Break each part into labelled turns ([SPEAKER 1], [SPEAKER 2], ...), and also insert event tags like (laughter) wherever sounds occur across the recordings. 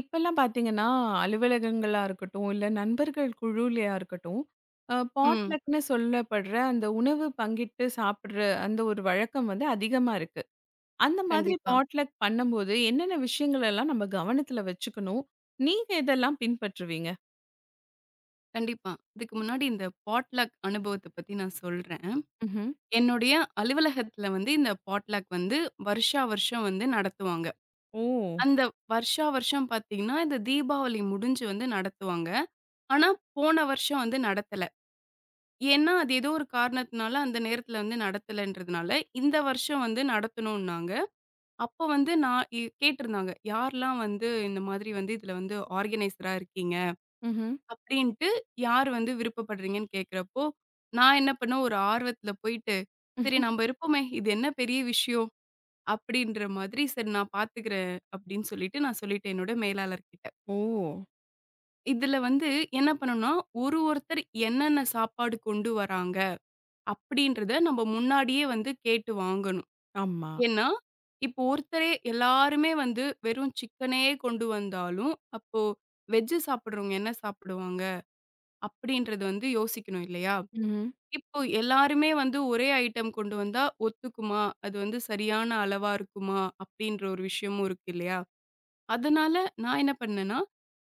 [SPEAKER 1] இப்பல்லாம் பார்த்தீங்கன்னா, அலுவலகங்களா இருக்கட்டும், இல்ல நண்பர்கள் குழுலயா இருக்கட்டும்,
[SPEAKER 2] ம்.
[SPEAKER 1] பாட்லக்ன்னு சொல்லப்படுற அந்த உணவு பங்கிட்டு சாப்பிடுற அந்த ஒரு வழக்கம் வந்து அதிகமா இருக்கு. அந்த மாதிரி
[SPEAKER 2] கண்டிப்பா,
[SPEAKER 1] பாட்லக் பண்ணும்போது என்னென்ன விஷயங்கள் எல்லாம் நம்ம கவனத்துல வச்சுக்கணும்? நீங்க எதெல்லாம் பின்பற்றுவீங்க?
[SPEAKER 2] கண்டிப்பா. இதுக்கு முன்னாடி இந்த பாட்லக் அனுபவத்த பத்தி நான் சொல்றேன்.
[SPEAKER 1] ம்ஹ்ம்.
[SPEAKER 2] என்னுடைய அலுவலகத்துல வந்து இந்த பாட்லக் வந்து வருஷா வருஷம் வந்து நடத்துவாங்க.
[SPEAKER 1] ஓ!
[SPEAKER 2] அந்த வருஷா வருஷம் பார்த்தீங்கன்னா, இந்த தீபாவளி முடிஞ்சு வந்து நடத்துவாங்க. ஆனா, போன வருஷம் வந்து நடத்தல. ஏன்னா, அது ஏதோ ஒரு காரணத்தினால அந்த நேரத்துல வந்து நடத்தலன்றதுனால, இந்த வருஷம் வந்து நடத்தணும்னாங்க. அப்போ வந்து நான் கேட்டிருந்தாங்க. யார்லாம் வந்து இந்த மாதிரி வந்து இதுல வந்து ஆர்கனைசரா இருக்கீங்க?
[SPEAKER 1] ம்ஹ்ம்.
[SPEAKER 2] அப்படின்ட்டு யார் வந்து விருப்பப்படுறீங்கன்னு கேட்கிறப்போ, நான் என்ன பண்ணேன் ஒரு ஆர்வத்தில போயிட்டு, "சரி நம்ப இருப்போமே! இது என்ன பெரிய விஷயம்?" அப்படின்ற மாதிரி, "சரி நான் பார்த்துக்கிறேன்" அப்படின்னு சொல்லிட்டு நான் சொல்லிட்டேன் என்னோட மேலாளர்கிட்ட.
[SPEAKER 1] ஓ!
[SPEAKER 2] இதில வந்து என்ன பண்ணணும்னா, ஒருத்தர் என்னென்ன சாப்பாடு கொண்டு வராங்க, அப்படின்றத நம்ப முன்னாடியே வந்து கேட்டு வாங்கணும்.
[SPEAKER 1] ஆமா.
[SPEAKER 2] ஏன்னா, இப்போ ஒருத்தரே எல்லாருமே வந்து வெறும் சிக்கனே கொண்டு வந்தாலும், அப்போ வெஜ் சாப்பிடுறவங்க என்ன சாப்பிடுவாங்க? அப்படின்றது வந்து யோசிக்கணும் இல்லையா?
[SPEAKER 1] ம்ஹ்ம்.
[SPEAKER 2] இப்போ எல்லாருமே வந்து ஒரே ஐட்டம் கொண்டு வந்தா ஒத்துக்குமா? அது வந்து சரியான அளவா இருக்குமா? அப்படின்ற ஒரு விஷயமும் இருக்கு இல்லையா? அதனால நான் என்ன பண்ணேன்னா,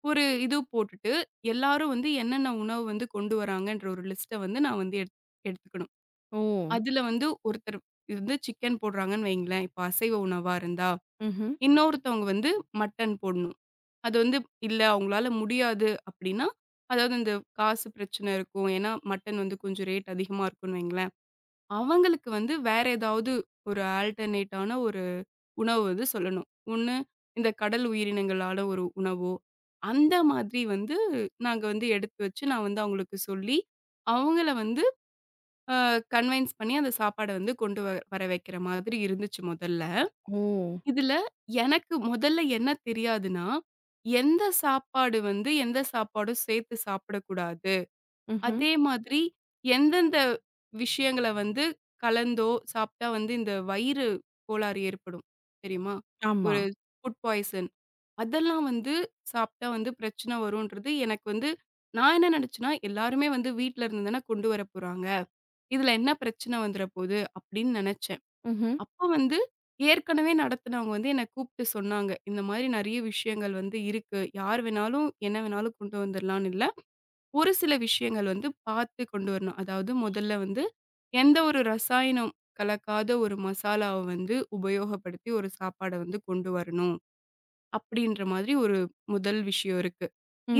[SPEAKER 2] ஒரு இது போட்டுட்டு எல்லாரும் வந்து என்னென்ன உணவு வந்து கொண்டு வராங்கன்ற ஒரு லிஸ்ட்ட வந்து நான் வந்து எடுத்துக்கணும்.
[SPEAKER 1] ஓ!
[SPEAKER 2] அதுல வந்து ஒருத்தர் வந்து சிக்கன் போடுறாங்கன்னு வைங்களேன், இப்போ அசைவ உணவா இருந்தா,
[SPEAKER 1] ம்ஹ்ம்.
[SPEAKER 2] இன்னொருத்தவங்க வந்து மட்டன் போடணும். அது வந்து இல்ல அவங்களால முடியாது அப்படின்னா, அதாவது இந்த காசு பிரச்சனை இருக்கும். ஏன்னா மட்டன் வந்து கொஞ்சம் ரேட் அதிகமா இருக்கும்னு வைங்களேன். அவங்களுக்கு வந்து வேற ஏதாவது ஒரு ஆல்டர்னேட்டான ஒரு உணவு வந்து சொல்லணும். ஒண்ணு இந்த கடல் உயிரினங்களால ஒரு உணவோ, அந்த மாதிரி வந்து நாங்க வந்து எடுத்து வச்சு, நான் வந்து அவங்களுக்கு சொல்லி, அவங்கள வந்து அ கன்வின்ஸ் பண்ணி அந்த சாப்பாட வந்து கொண்டு வ வர வைக்கிற மாதிரி இருந்துச்சு முதல்ல.
[SPEAKER 1] ஓ!
[SPEAKER 2] இதுல எனக்கு முதல்ல என்ன தெரியாதுன்னா, எந்த சாப்பாடு வந்து எந்த சாப்பாடும் சேர்த்து சாப்பிடக்கூடாது.
[SPEAKER 1] ம்ஹ்ம்.
[SPEAKER 2] அதே மாதிரி எந்தெந்த விஷயங்கள வந்து கலந்தோ சாப்பிட்டா வந்து இந்த வயிறு கோளாறு ஏற்படும் தெரியுமா?
[SPEAKER 1] ஆமா.
[SPEAKER 2] ஒரு ஃபுட் பாய்சன் அதெல்லாம் வந்து சாப்பிட்டா வந்து பிரச்சனை வருன்றது எனக்கு வந்து நான் என்ன நினைச்சேன்னா, எல்லாருமே வந்து வீட்ல இருந்து தானே கொண்டு வரப் போறாங்க. இதுல என்ன பிரச்சனை வந்துற போகுது அப்படின்னு நினைச்சேன்.
[SPEAKER 1] ம்ஹ்ம்.
[SPEAKER 2] அப்ப வந்து ஏற்கனவே நடத்துனவங்க வந்து என்ன கூப்பிட்டு சொன்னாங்க. இந்த மாதிரி நிறைய விஷயங்கள் வந்து இருக்கு. யார் வேணாலும் என்ன வேணாலும் கொண்டு வந்துரலாம்னு இல்ல. ஒரு சில விஷயங்கள் வந்து பார்த்து கொண்டு வரணும். அதாவது முதல்ல வந்து எந்த ஒரு ரசாயனம் கலக்காத ஒரு மசாலாவ வந்து உபயோகப்படுத்தி ஒரு சாப்பாட வந்து கொண்டு வரணும். அப்படின்ற மாதிரி ஒரு முதல் விஷயம் இருக்கு.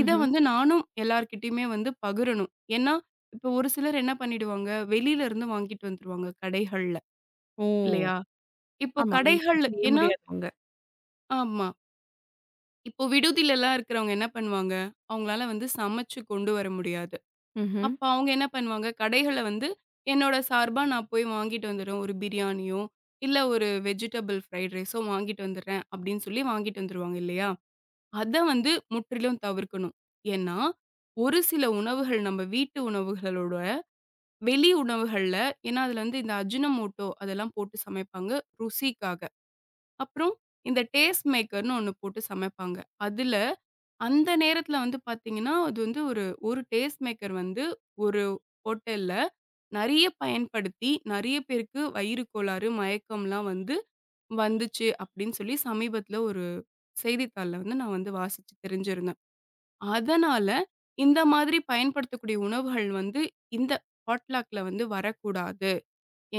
[SPEAKER 2] இத வந்து நானும் எல்லார்கிட்டயுமே வந்து பகிரணும். ஏன்னா, இப்போ ஒரு சிலர் என்ன பண்ணிடுவாங்க, வெளியில இருந்து வாங்கிட்டு வந்துருவாங்க கடைகள்ல,
[SPEAKER 1] ஓ!
[SPEAKER 2] இல்லையா? இப்போ
[SPEAKER 1] ஆமா. வீட்ல
[SPEAKER 2] கடைகள்ல
[SPEAKER 1] செய்ய
[SPEAKER 2] ஏன்னா
[SPEAKER 1] முடியாதவங்க.
[SPEAKER 2] ஆமா. இப்போ விடுதிலலாம் இருக்கிறவங்க என்ன பண்ணுவாங்க, அவங்களால வந்து சமைச்சு கொண்டு வர முடியாது.
[SPEAKER 1] ம்ஹ்ம்.
[SPEAKER 2] அப்ப அவங்க என்ன பண்ணுவாங்க, கடைகள்ல வந்து என்னோட சார்பா நான் போய் வாங்கிட்டு வந்துடுவேன். ஒரு பிரியாணியோ, இல்ல ஒரு வெஜிடபிள் ஃப்ரைட் ரைஸோ வாங்கிட்டு வந்துடுறேன் அப்படின்னு சொல்லி வாங்கிட்டு வந்துருவாங்க இல்லையா? அத வந்து முற்றிலும் தவிர்க்கணும். ஏன்னா, ஒரு சில உணவுகள் நம்ம வீட்டு உணவுகளோட வெளி உணவுகள்ல ஏன்னா அதுல வந்து இந்த அஜினோமோட்டோ அதெல்லாம் போட்டு சமைப்பாங்க ருசிக்காக. அப்புறம் இந்த டேஸ்ட் மேக்கர்ன்னு ஒண்ணு போட்டு சமைப்பாங்க. அதுல அந்த நேரத்துல வந்து பாத்தீங்கன்னா, அது வந்து ஒரு, ஒரு டேஸ்ட் மேக்கர் வந்து ஒரு ஹோட்டல்ல நெறைய பயன்படுத்தி, நெறைய பேருக்கு வயிறு கோளாறு, மயக்கம்லாம் வந்து வந்துச்சு அப்டின்னு சொல்லி சமீபத்துல ஒரு செய்தித்தாள்ல வந்து நான் வந்து வாசிச்சு தெரிஞ்சிருந்தேன். அதனால இந்த மாதிரி பயன்படுத்தக்கூடிய உணவுகள் வந்து இந்த ஹாட்லாக்ல வந்து வரக்கூடாது.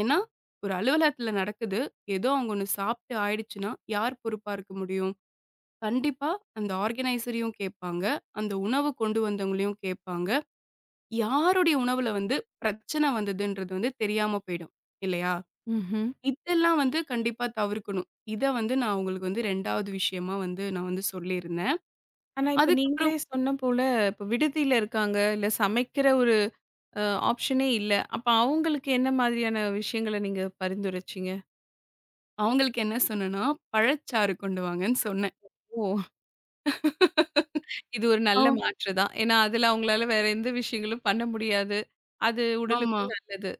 [SPEAKER 2] ஏன்னா, ஒரு அலுவலகத்துல நடக்குது. ஏதோ அவங்க ஒண்ணு சாப்ட்டு ஆயிடுச்சுன்னா, யார் பொறுப்பா இருக்க முடியும்? கண்டிப்பா. அந்த ஆர்கனைசரையும் கேட்பாங்க. அந்த உணவு கொண்டு வந்தவங்களையும் கேட்பாங்க. யாருடைய உணவுல வந்து பிரச்சனை வந்ததுன்றது வந்து தெரியாம போயிடும். இல்லையா?
[SPEAKER 1] ம்ஹ்ம்.
[SPEAKER 2] இதெல்லாம் வந்து கண்டிப்பா தவிர்க்கணும். இத வந்து நான் அவங்களுக்கு வந்து 2வது விஷயமா வந்து நான் வந்து சொல்லியிருந்தேன்.
[SPEAKER 1] ஆனா, இப்ப நீங்களே
[SPEAKER 2] அதுக்கப்புறம்
[SPEAKER 1] சொன்ன போல, இப்ப விடுதியில இருக்காங்க. இல்ல சமைக்கிற ஒரு அ ஆப்ஷனே இல்ல. அப்ப அவங்களுக்கு என்ன மாதிரியான விஷயங்கள நீங்க பரிந்துரைச்சீங்க?
[SPEAKER 2] அவங்களுக்கு என்ன சொன்னேன்னா, பழச்சாறு கொண்டு வாங்கன்னு சொன்னேன்.
[SPEAKER 1] ஓ! இது ஒரு நல்ல
[SPEAKER 2] அவ்
[SPEAKER 1] மாற்று தான். ஏன்னா, அதுல அவங்களால வேற எந்த விஷயங்களும் பண்ண முடியாது. அது
[SPEAKER 2] ஆமா.
[SPEAKER 1] உடலுக்கும் நல்லது.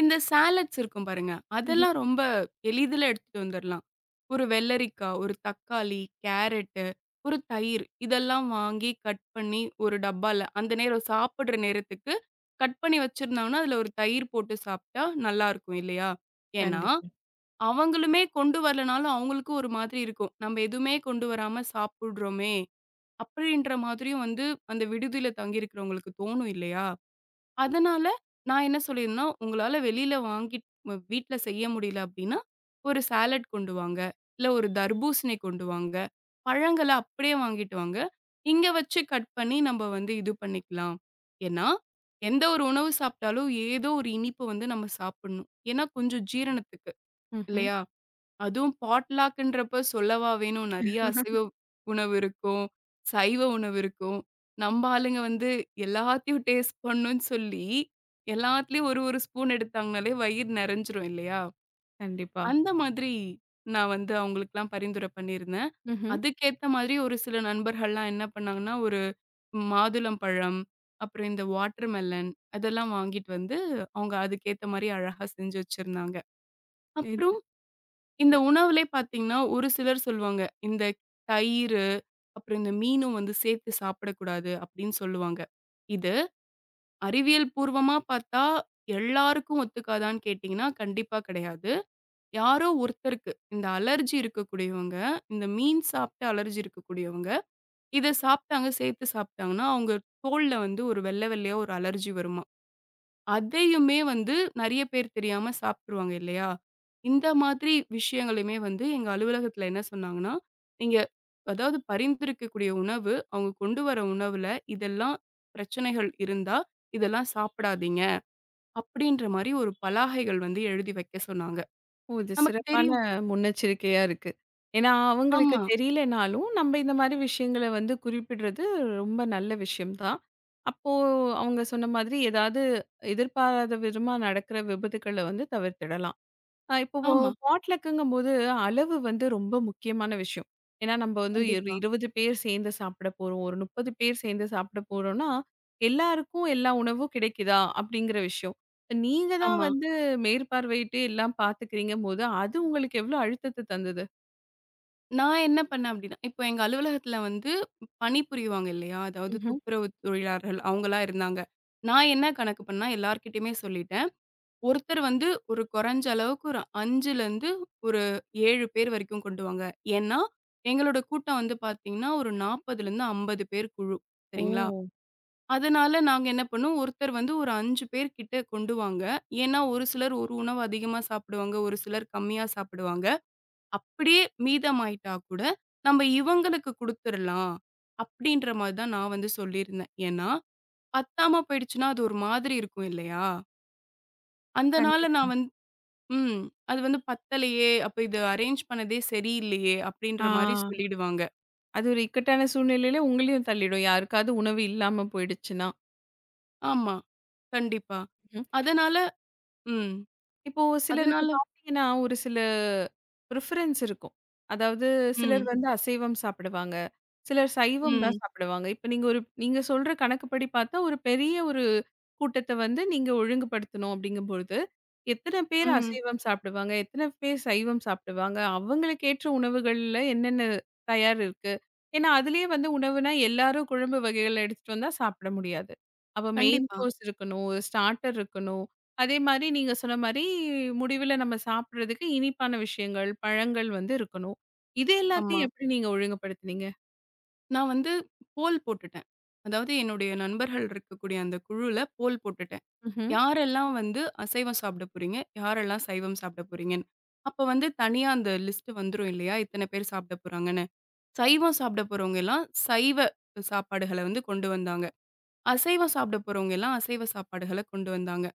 [SPEAKER 2] இந்த சாலட்ஸ் இருக்கும் பாருங்க.
[SPEAKER 1] ம்ஹ்ம்.
[SPEAKER 2] அதெல்லாம் ரொம்ப எளிதில எடுத்துட்டு வந்துரலாம். ஒரு வெள்ளரிக்கா, ஒரு தக்காளி, கேரட்டு, ஒரு தயிர் இதெல்லாம் வாங்கி கட் பண்ணி ஒரு டப்பால அந்த நேரம் சாப்பிடுற நேரத்துக்கு கட் பண்ணி வச்சிருந்தாங்கன்னா, அதுல ஒரு தயிர் போட்டு சாப்பிட்டா நல்லாருக்கும் இல்லையா? ஏன்னா,
[SPEAKER 1] கண்டிப்பா.
[SPEAKER 2] அவங்களுமே கொண்டு வரலனாலும் அவங்களுக்கு ஒரு மாதிரி இருக்கும். நம்ம எதுவுமே கொண்டு வராம சாப்பிடுறோமே! அப்படின்ற மாதிரியும் வந்து அந்த விடுதியில தங்கியிருக்கிறவங்களுக்கு தோணும் இல்லையா? அதனால நான் என்ன சொல்லியிருந்தேன்னா, உங்களால வெளியில வாங்கிட் வீட்ல செய்ய முடியல அப்படின்னா, ஒரு சாலட் கொண்டு வாங்க. இல்ல ஒரு தர்பூசணி கொண்டு வாங்க. பழங்கள அப்படியே வாங்கிட்டு வாங்க. இங்க வச்சு கட் பண்ணி நம்ம வந்து இது பண்ணிக்கலாம். ஏன்னா, எந்த ஒரு உணவு சாப்பிட்டாலும் ஏதோ ஒரு இனிப்பு வந்து நம்ம சாப்பிடணும். ஏன்னா, கொஞ்சம் ஜீரணத்துக்கு
[SPEAKER 1] ம்ஹ்ம்.
[SPEAKER 2] இல்லையா? அதுவும் பாட்லாக்ன்றப்ப சொல்லவா வேணும். நெறைய அசைவ உணவு இருக்கும். சைவ உணவு இருக்கும். நம்ம ஆளுங்க வந்து எல்லாத்தையும் டேஸ்ட் பண்ணுன்னு சொல்லி, எல்லாத்துலயும் ஒரு ஒரு ஸ்பூன் எடுத்தாங்கனாலே வயிறு நெறஞ்சிரும் இல்லையா?
[SPEAKER 1] கண்டிப்பா.
[SPEAKER 2] அந்த மாதிரி நான் வந்து அவங்களுக்குலாம் பரிந்துரை பண்ணியிருந்தேன்.
[SPEAKER 1] ம்ஹ்ம்.
[SPEAKER 2] அதுக்கேத்த மாதிரி ஒரு சில நண்பர்கள்லாம் என்ன பண்ணாங்கன்னா, ஒரு மாதுளம்பழம், அப்புறம் இந்த வாட்டர்மெலன் அதெல்லாம் வாங்கிட்டு வந்து அவங்க அதுக்கேத்த மாரி அழகா செஞ்சு வச்சிருந்தாங்க.
[SPEAKER 1] இது
[SPEAKER 2] அப்புறம் இந்த உணவுலே பார்த்தீங்கன்னா, ஒரு சிலர் சொல்லுவாங்க, இந்த தயிரு, அப்புறம் இந்த மீனும் வந்து சேர்த்து சாப்பிடக்கூடாது அப்படின்னு சொல்லுவாங்க. இது அறிவியல் பூர்வமா பார்த்தா, எல்லாருக்கும் ஒத்துக்காதான்னு கேட்டீங்கன்னா, கண்டிப்பா கிடையாது. யாரோ ஒருத்தருக்கு, இந்த அலர்ஜி இருக்கக்கூடியவங்க, இந்த மீன் சாப்பிட்டு அலர்ஜி இருக்கக்கூடியவங்க, இத சாப்பிட்டாங்க, சேர்த்து சாப்பிட்டாங்கன்னா, அவங்க தோல்ல வந்து ஒரு வெள்ள வெள்ளையா ஒரு அலர்ஜி வருமாம். அதையுமே வந்து நெறைய பேர் தெரியாம சாப்ட்டுருவாங்க இல்லையா? இந்த மாதிரி விஷயங்களையுமே வந்து எங்க அலுவலகத்துல என்ன சொன்னாங்கன்னா, நீங்க அதாவது பரிந்துரைக்கக்கூடிய உணவு, அவங்க கொண்டு வர உணவுல இதெல்லாம் பிரச்சனைகள் இருந்தா, இதெல்லாம் சாப்பிடாதீங்க. அப்படின்ற மாரி ஒரு பலாகைகள் வந்து எழுதி வைக்க சொன்னாங்க.
[SPEAKER 1] ஓ! இது
[SPEAKER 2] நமக்கு
[SPEAKER 1] சிறப்பான
[SPEAKER 2] தெரியும்.
[SPEAKER 1] முன்னெச்சரிக்கையா இருக்கு. ஏன்னா, அவங்களுக்கு
[SPEAKER 2] ஆமா,
[SPEAKER 1] தெரியலனாலும், நம்ம இந்த மாரி விஷயங்கள வந்து குறிப்பிடுறது ரொம்ப நல்ல விஷயம் தான். அப்போ அவங்க சொன்ன மாதிரி ஏதாவது எதிர்பாராத விதமா நடக்கிற விபத்துக்கள வந்து தவிர்த்திடலாம். இப்போ
[SPEAKER 2] ஆமா.
[SPEAKER 1] பாட்லக்குங்கும்போது அளவு வந்து ரொம்ப முக்கியமான விஷயம். ஏன்னா நம்ம வந்து ஒரு
[SPEAKER 2] கண்டிப்பா.
[SPEAKER 1] 20 பேர் சேர்ந்து சாப்பிட போறோம். ஒரு 30 பேர் சேர்ந்து சாப்பிட போறோம்னா, எல்லாருக்கும் எல்லா உணவும் கிடைக்குதா? அப்படிங்கிற விஷயம். இப்ப நீங்க தான்
[SPEAKER 2] ஆமா.
[SPEAKER 1] வந்து மேற்பார்வையிட்டு எல்லாம் பார்த்துக்கிறீங்கம்போது, அது உங்களுக்கு எவ்வளோ அழுத்தத்த தந்தது?
[SPEAKER 2] நான் என்ன பண்ணேன் அப்டின்னா, இப்போ எங்க அலுவலகத்துல வந்து பணி புரிவாங்க இல்லையா? அதாவது
[SPEAKER 1] ம்ஹ்ம்.
[SPEAKER 2] துப்புரவு தொழிலாளர்கள் அவங்கலாம் இருந்தாங்க. நான் என்ன கணக்கு பண்ணா எல்லார்கிட்டயுமே சொல்லிட்டேன். ஒருத்தர் வந்து ஒரு கொறஞ்ச அளவுக்கு ஒரு 5லருந்து ஒரு 7 பேர் வரைக்கும் கொண்டு வாங்க. ஏன்னா, எங்களோட கூட்டம் வந்து பாத்தீங்கன்னா, ஒரு 40லருந்து 50 பேர் குழு.
[SPEAKER 1] ஓ!
[SPEAKER 2] சரிங்களா? அதனால நாங்க என்ன பண்ணோம், ஒருத்தர் வந்து ஒரு 5 பேர் கிட்ட கொண்டு வாங்க. ஏன்னா, ஒரு சிலர் ஒரு உணவு அதிகமா சாப்பிடுவாங்க, ஒரு சிலர் கம்மியா சாப்பிடுவாங்க. அப்படியே மீதமாயிட்டா கூட, நம்ம இவங்களுக்கு குடுத்துறலாம். அப்படின்ற மாரி தான் நான் வந்து சொல்லியிருந்தேன். ஏன்னா, பத்தாம போயிடுச்சுன்னா, அது ஒரு மாதிரி இருக்கும் இல்லையா? அந்த நாள்ல
[SPEAKER 1] கண்டிப்பா.
[SPEAKER 2] நான் வந்து ம். அது வந்து பத்தலையே, அப்ப இது அரேஞ்ச் பண்ணதே சரியில்லையே, அப்படின்ற
[SPEAKER 1] ஆ
[SPEAKER 2] மாரி சொல்லிடுவாங்க.
[SPEAKER 1] அது ஒரு இக்கட்டான சூழ்நிலையில உங்களையும் தள்ளிடும். யாருக்காவது உணவு இல்லாம போயிடுச்சுன்னா.
[SPEAKER 2] ஆமா. கண்டிப்பா. அதனால ம்.
[SPEAKER 1] இப்போ சிலருக்கு
[SPEAKER 2] அதனால
[SPEAKER 1] பார்த்தீங்கன்னா, ஒரு சில ப்ரிஃபரன்ஸ் இருக்கும். அதாவது சிலர்
[SPEAKER 2] ம்,
[SPEAKER 1] வந்து அசைவம் சாப்பிடுவாங்க. சிலர் சைவம் ம். தான்
[SPEAKER 2] ம்,
[SPEAKER 1] சாப்பிடுவாங்க. இப்ப நீங்க சொல்ற கணக்குப்படி பார்த்தா, ஒரு பெரிய ஒரு கூட்டத்த வந்து நீங்க ஒழுங்குபடுத்தணும் அப்படிங்கும்பொழுது, எத்தன பேர்
[SPEAKER 2] ம்.
[SPEAKER 1] அசைவம் சாப்பிடுவாங்க? எத்தன பேர் சைவம் சாப்பிடுவாங்க? அவங்களுக்கு ஏற்ற உணவுகள்ல என்னென்ன தயார் இருக்கு? ஏன்னா, அதிலேயே வந்து உணவுனா எல்லாரும் குழம்பு வகைகள் எடுத்துட்டு வந்தா சாப்பிட முடியாது. அப்ப மெயின்
[SPEAKER 2] கண்டிப்பா.
[SPEAKER 1] கோர்ஸ் இருக்கணும், ஒரு ஸ்டார்ட்டர் இருக்கணும். அதே மாரி நீங்க சொன்ன மாரி, முடிவுல நம்ம சாப்பிடுறதுக்கு இனிப்பான விஷயங்கள், பழங்கள் வந்து இருக்கணும். இது
[SPEAKER 2] ஆமா.
[SPEAKER 1] எல்லாத்தையும் எப்படி நீங்க ஒழுங்குபடுத்துனீங்க?
[SPEAKER 2] நான் வந்து போல் போட்டுட்டேன். அதாவது என்னுடைய நண்பர்கள் இருக்கக்கூடிய அந்த குழுல போல் போட்டுட்டேன்.
[SPEAKER 1] ம்ஹ்ம்.
[SPEAKER 2] யாரெல்லாம் வந்து அசைவம் சாப்பிட போறீங்க? யாரெல்லாம் சைவம் சாப்பிட போறீங்கன்னு. அப்ப வந்து தனியா அந்த லிஸ்ட் வந்துரும் இல்லையா? இத்தன பேர் சாப்பிட போறாங்கன்னு. சைவம் சாப்பிட போறவங்க எல்லாம் சைவ சாப்பாடுகள வந்து கொண்டு வந்தாங்க. அசைவம் சாப்பிட போறவங்க எல்லாம் அசைவ சாப்பாடுகள கொண்டு வந்தாங்க.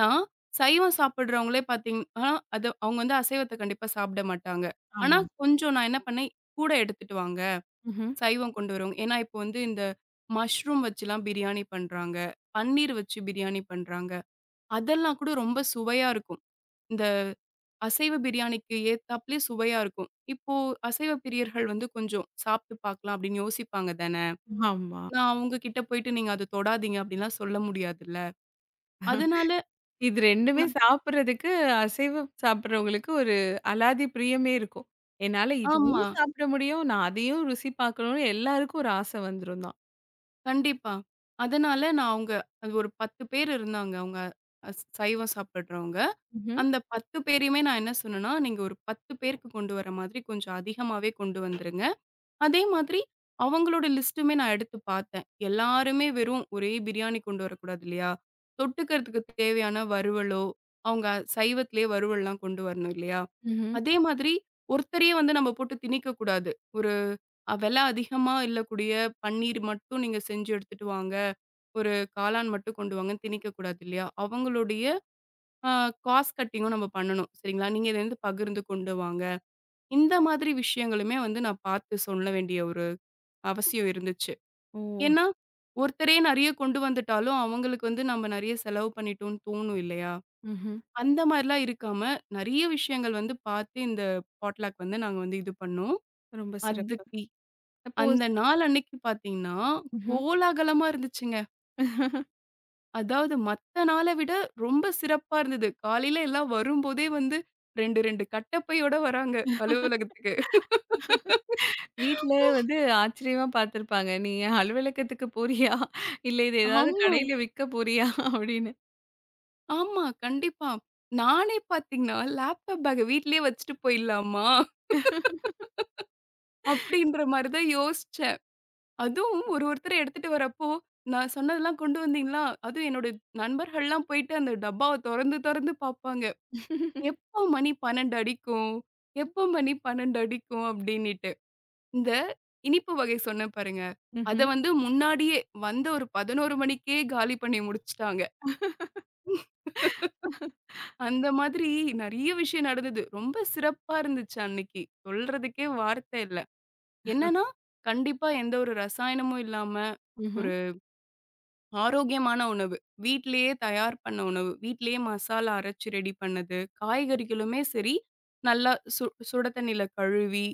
[SPEAKER 2] நான் சைவம் சாப்பிடுறவங்களே பார்த்தீங்கன்னா, அது அவங்க வந்து அசைவத்த கண்டிப்பா சாப்பிட மாட்டாங்க. ஆனா
[SPEAKER 1] ஆமா.
[SPEAKER 2] கொஞ்சம் நான் என்ன பண்ணேன், கூட எடுத்துட்டு வாங்க.
[SPEAKER 1] ம்ஹ்ம்.
[SPEAKER 2] சைவம் கொண்டு வரவங்க. ஏன்னா இப்போ வந்து இந்த மஷ்ரூம் வச்சுலாம் பிரியாணி பண்றாங்க. பன்னீர் வச்சு பிரியாணி பண்றாங்க. அதெல்லாம் கூட ரொம்ப சுவையா இருக்கும். இந்த அசைவ பிரியாணிக்கு ஏத்தாப்லயே சுவையா இருக்கும். இப்போ அசைவ பிரியர்கள் வந்து கொஞ்சம் சாப்பிட்டு பார்க்கலாம் அப்படின்னு யோசிப்பாங்க தானே!
[SPEAKER 1] ஆமா.
[SPEAKER 2] நான் அவங்க கிட்ட போயிட்டு நீங்க அத தொடாதீங்க அப்படிலாம் சொல்ல முடியாதுல்ல. அதனால
[SPEAKER 1] இது 2மே
[SPEAKER 2] ந
[SPEAKER 1] சாப்பிடுறதுக்கு அசைவம் சாப்பிடுறவங்களுக்கு ஒரு அலாதி பிரியமே இருக்கும். என்னால இதுவும்
[SPEAKER 2] ஆமா.
[SPEAKER 1] சாப்பிட முடியும், நான் அதையும் ருசி பார்க்கணும்னு எல்லாருக்கும் ஒரு ஆசை வந்துரும் தான்.
[SPEAKER 2] கண்டிப்பா. அதனால நான் அவங்க அது ஒரு 10 பேர் இருந்தாங்க. அவங்க அ சைவம் சாப்பிடுறவங்க.
[SPEAKER 1] ம்ஹ்ம்.
[SPEAKER 2] அந்த 10 பேரையுமே நான் என்ன சொன்னேன்னா, நீங்க ஒரு 10 பேருக்கு கொண்டு வர மாதிரி கொஞ்சம் அதிகமாவே கொண்டு வந்துருங்க. அதே மாதிரி அவங்களோட லிஸ்ட்டுமே நான் எடுத்து பார்த்தேன். எல்லாருமே வெறும் ஒரே பிரியாணி கொண்டு வரக்கூடாது இல்லையா? தொட்டுக்கிறதுக்கு தேவையான வறுவலோ, அவங்க சைவத்திலேயே வறுவல்லாம் கொண்டு வரணும் இல்லையா?
[SPEAKER 1] ம்ஹ்ம்.
[SPEAKER 2] அதே மாதிரி ஒருத்தரையே வந்து நம்ம போட்டு திணிக்கக்கூடாது. ஒரு விலை அதிகமா இல்லக்கூடிய பன்னீர் மட்டும் நீங்க செஞ்சு எடுத்துட்டு வாங்க. ஒரு காளான் மட்டும் கொண்டு வாங்கன்னு திணிக்கக்கூடாது இல்லையா? அவங்களுடைய அ காஸ்ட் கட்டிங்கும் நம்ம பண்ணணும். சரிங்களா? நீங்க இத வந்து பகிர்ந்து கொண்டு வாங்க. இந்த மாதிரி விஷயங்களுமே வந்து நான் பார்த்து சொல்ல வேண்டிய ஒரு அவசியம் இருந்துச்சு.
[SPEAKER 1] ஓ!
[SPEAKER 2] ஏன்னா, ஒருத்தரே நெறைய கொண்டு வந்துட்டாலும், அவங்களுக்கு வந்து நம்ம நெறைய செலவு பண்ணிட்டோம்ன்னு தோணும் இல்லையா?
[SPEAKER 1] ம்ஹ்ம்.
[SPEAKER 2] அந்த மாரிலாம் இருக்காம, நெறைய விஷயங்கள் வந்து பார்த்து இந்த பாட்லாக் வந்து நாங்க வந்து இது பண்ணோம்.
[SPEAKER 1] ரொம்ப சிறப்பு.
[SPEAKER 2] அதுக்கு
[SPEAKER 1] அப்போ
[SPEAKER 2] அந்த நாள் அன்னைக்கு பார்த்தீங்கன்னா,
[SPEAKER 1] ம்ஹ்ம்.
[SPEAKER 2] கோலாகலமா இருந்துச்சுங்க.
[SPEAKER 1] (laughs)
[SPEAKER 2] அதாவது மத்த நாள விட ரொம்ப சிறப்பா இருந்தது. காலையில எல்லாம் வரும்போதே வந்து 2, 2 கட்டப்பையோட வராங்க அலுவலகத்துக்கு.
[SPEAKER 1] வீட்ல வந்து ஆச்சரியமா பார்த்திருப்பாங்க. "நீ அலுவலகத்துக்கு போறியா? இல்ல இது ஏதாவது
[SPEAKER 2] ஆமா,
[SPEAKER 1] கடையில விக்க போறியா?" அப்படின்னு.
[SPEAKER 2] ஆமா. கண்டிப்பா. நானே பார்த்தீங்கன்னா, லேப்டாப் பேக்க வீட்லயே வச்சுட்டு போயிடலாமா? அப்படின்ற மாரி தான் யோசிச்சேன். அதுவும் ஒரு ஒருத்தர் எடுத்துட்டு வரப்போ, நான் சொன்னதெல்லாம் கொண்டு வந்தீங்களா? அதுவும் என்னோட நண்பர்கள்லாம் போயிட்டு அந்த டப்பாவ தொறந்து தொறந்து பாப்பாங்க. எப்போ மணி 12 அடிக்கும்? எப்போ மணி 12 அடிக்கும்? அப்படின்னிட்டு. இந்த இனிப்பு வகை சொன்னேன் பாருங்க. அத
[SPEAKER 1] ம்ஹ்ம்.
[SPEAKER 2] வந்து முன்னாடியே வந்த ஒரு 11 மணிக்கே காலி பண்ணி முடிச்சுட்டாங்க. அந்த மாதிரி நெறைய விஷயம் நடந்தது. ரொம்ப சிறப்பா இருந்துச்சு அன்னைக்கு. சொல்றதுக்கே வார்த்தை இல்ல. என்னன்னா, கண்டிப்பா எந்த ஒரு ரசாயனமும் இல்லாம,
[SPEAKER 1] ம்ஹ்ம்.
[SPEAKER 2] ஒரு ஆரோக்கியமான உணவு. வீட்லயே தயார் பண்ண உணவு. வீட்லயே மசாலா அரைச்சு ரெடி பண்ணது. காய்கறிகளுமே சரி, நல்லா சுட தண்ணீல கழுவி,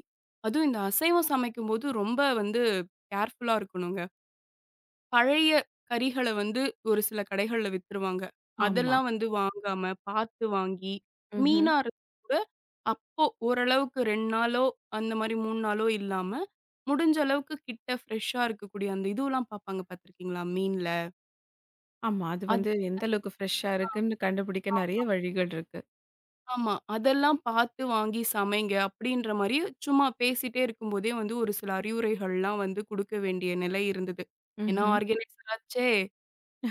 [SPEAKER 2] அதுவும் இந்த அசைவம் சமைக்கும்போது ரொம்ப வந்து கேர்ஃபுல்லா இருக்கணுங்க. பழைய கறிகள வந்து ஒரு சில கடைகள்ல வித்துருவாங்க.
[SPEAKER 1] ஆமா.
[SPEAKER 2] அதெல்லாம் வந்து வாங்காம, பார்த்து வாங்கி,
[SPEAKER 1] ம்ஹ்ம்.
[SPEAKER 2] மீனா இருந்தா கூட அப்போ ஓரளவுக்கு 2 நாளோ, அந்த மாரி 3 நாளோ இல்லாம, முடிஞ்ச அளவுக்கு கிட்ட ஃப்ரெஷ்ஷா இருக்கக்கூடிய அந்த இதுவெல்லாம் பார்ப்பாங்க பார்த்துருக்கீங்களா? மீன்ல.
[SPEAKER 1] ஆமா. அது
[SPEAKER 2] அது
[SPEAKER 1] வந்து எந்த
[SPEAKER 2] அது
[SPEAKER 1] அளவுக்கு ஃப்ரெஷ்ஷா இருக்குன்னு கண்டுபிடிக்க நெறைய வழிகள் இருக்கு.
[SPEAKER 2] ஆமா. அதெல்லாம் பார்த்து வாங்கி சமைங்க அப்படின்ற மாரி சும்மா பேசிட்டே இருக்கும்போதே வந்து ஒரு சில அறிவுரைகள்லாம் வந்து குடுக்க வேண்டிய நிலை இருந்தது. ஏன்னா
[SPEAKER 1] ம்ஹ்ம்.
[SPEAKER 2] ஆர்கனைசர் ஆச்சே,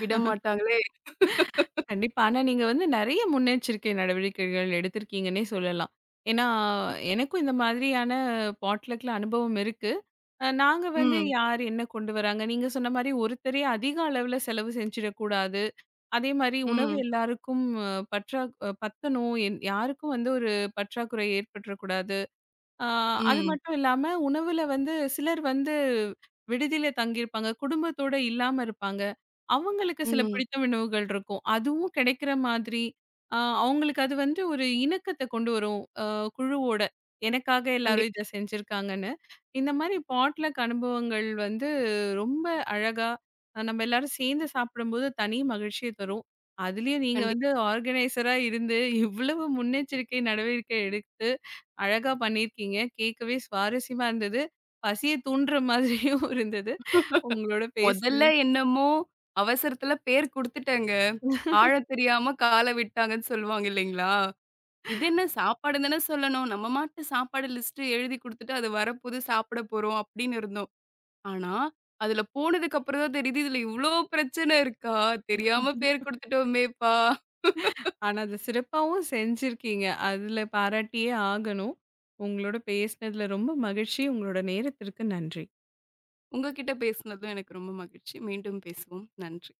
[SPEAKER 2] விடமாட்டாங்களே.
[SPEAKER 1] கண்டிப்பா. ஆனா நீங்க வந்து நெறைய முன்னெச்சரிக்கை நடவடிக்கைகள் எடுத்திருக்கீங்கன்னே சொல்லலாம். ஏன்னா, எனக்கும் இந்த மாதிரியான பாட்லக்ல அனுபவம் இருக்கு. நாங்க வந்து
[SPEAKER 2] ம்,
[SPEAKER 1] யார் என்ன கொண்டு வராங்க, நீங்க சொன்ன மாரி ஒருத்தரே அதிக அளவுல செலவு செஞ்சிடக்கூடாது. அதே மாரி உணவு
[SPEAKER 2] ம்,
[SPEAKER 1] எல்லாருக்கும் பற்றா பத்தணும். யாருக்கும் வந்து ஒரு பற்றாக்குறை ஏற்பட்டுறக்கூடாது. ஆ அது
[SPEAKER 2] ம்,
[SPEAKER 1] மட்டும் இல்லாம, உணவுல வந்து சிலர் வந்து விடுதியில தங்கியிருப்பாங்க. குடும்பத்தோட இல்லாம இருப்பாங்க. அவங்களுக்கு சில
[SPEAKER 2] ம்.
[SPEAKER 1] பிடித்த உணவுகள் இருக்கும். அதுவும் கிடைக்கிற மாதிரி, அ அவங்களுக்கு அது வந்து ஒரு இணக்கத்த கொண்டு வரும். குழுவோட. எனக்காக எல்லாரும்
[SPEAKER 2] கண்டிப்பா,
[SPEAKER 1] இத செஞ்சிருக்காங்கன்னு. இந்த மாரி பாட்லக் அனுபவங்கள் வந்து ரொம்ப அழகா, நம்ம எல்லாரும் சேர்ந்து சாப்பிடும்போது தனி மகிழ்ச்சிய தரும். அதுலயும் நீங்க
[SPEAKER 2] கண்டிப்பா.
[SPEAKER 1] வந்து ஆர்கனைசரா இருந்து இவ்வளவு முன்னெச்சரிக்கை நடவடிக்கை எடுத்து அழகா பண்ணியிருக்கீங்க. கேட்கவே சுவாரஸ்யமா இருந்தது. பசிய தூண்டுற மாதிரியும் (laughs) இருந்தது. உங்களோட
[SPEAKER 2] மொதல்ல
[SPEAKER 1] பேசுனது.
[SPEAKER 2] என்னமோ அவசரத்துல பேர் குடுத்துட்டேங்க. ஆழத் தெரியாம கால விட்டாங்கன்னு சொல்லுவாங்க இல்லைங்களா? இது என்ன சாப்பாடு தானே சொல்லணும். நம்ம மாட்டு சாப்பாடு லிஸ்ட் எழுதி குடுத்துட்டு அது வரப்போது சாப்பிட போறோம் அப்படின்னு இருந்தோம். ஆனா, அதுல போனதுக்கு அப்புறம் தான் தெரியுது, இதுல இவ்ளோ பிரச்சனை இருக்கா? தெரியாம பேர் குடுத்துட்டோமேப்பா!
[SPEAKER 1] ஆனா, அத சிறப்பாவும் செஞ்சிருக்கீங்க. அதுல பாராட்டியே ஆகணும். உங்களோட பேசினதுல ரொம்ப மகிழ்ச்சி. உங்களோட நேரத்திற்கு நன்றி.
[SPEAKER 2] உங்க கிட்ட பேசினதும் எனக்கு ரொம்ப மகிழ்ச்சி. மீண்டும் பேசுவோம். நன்றி.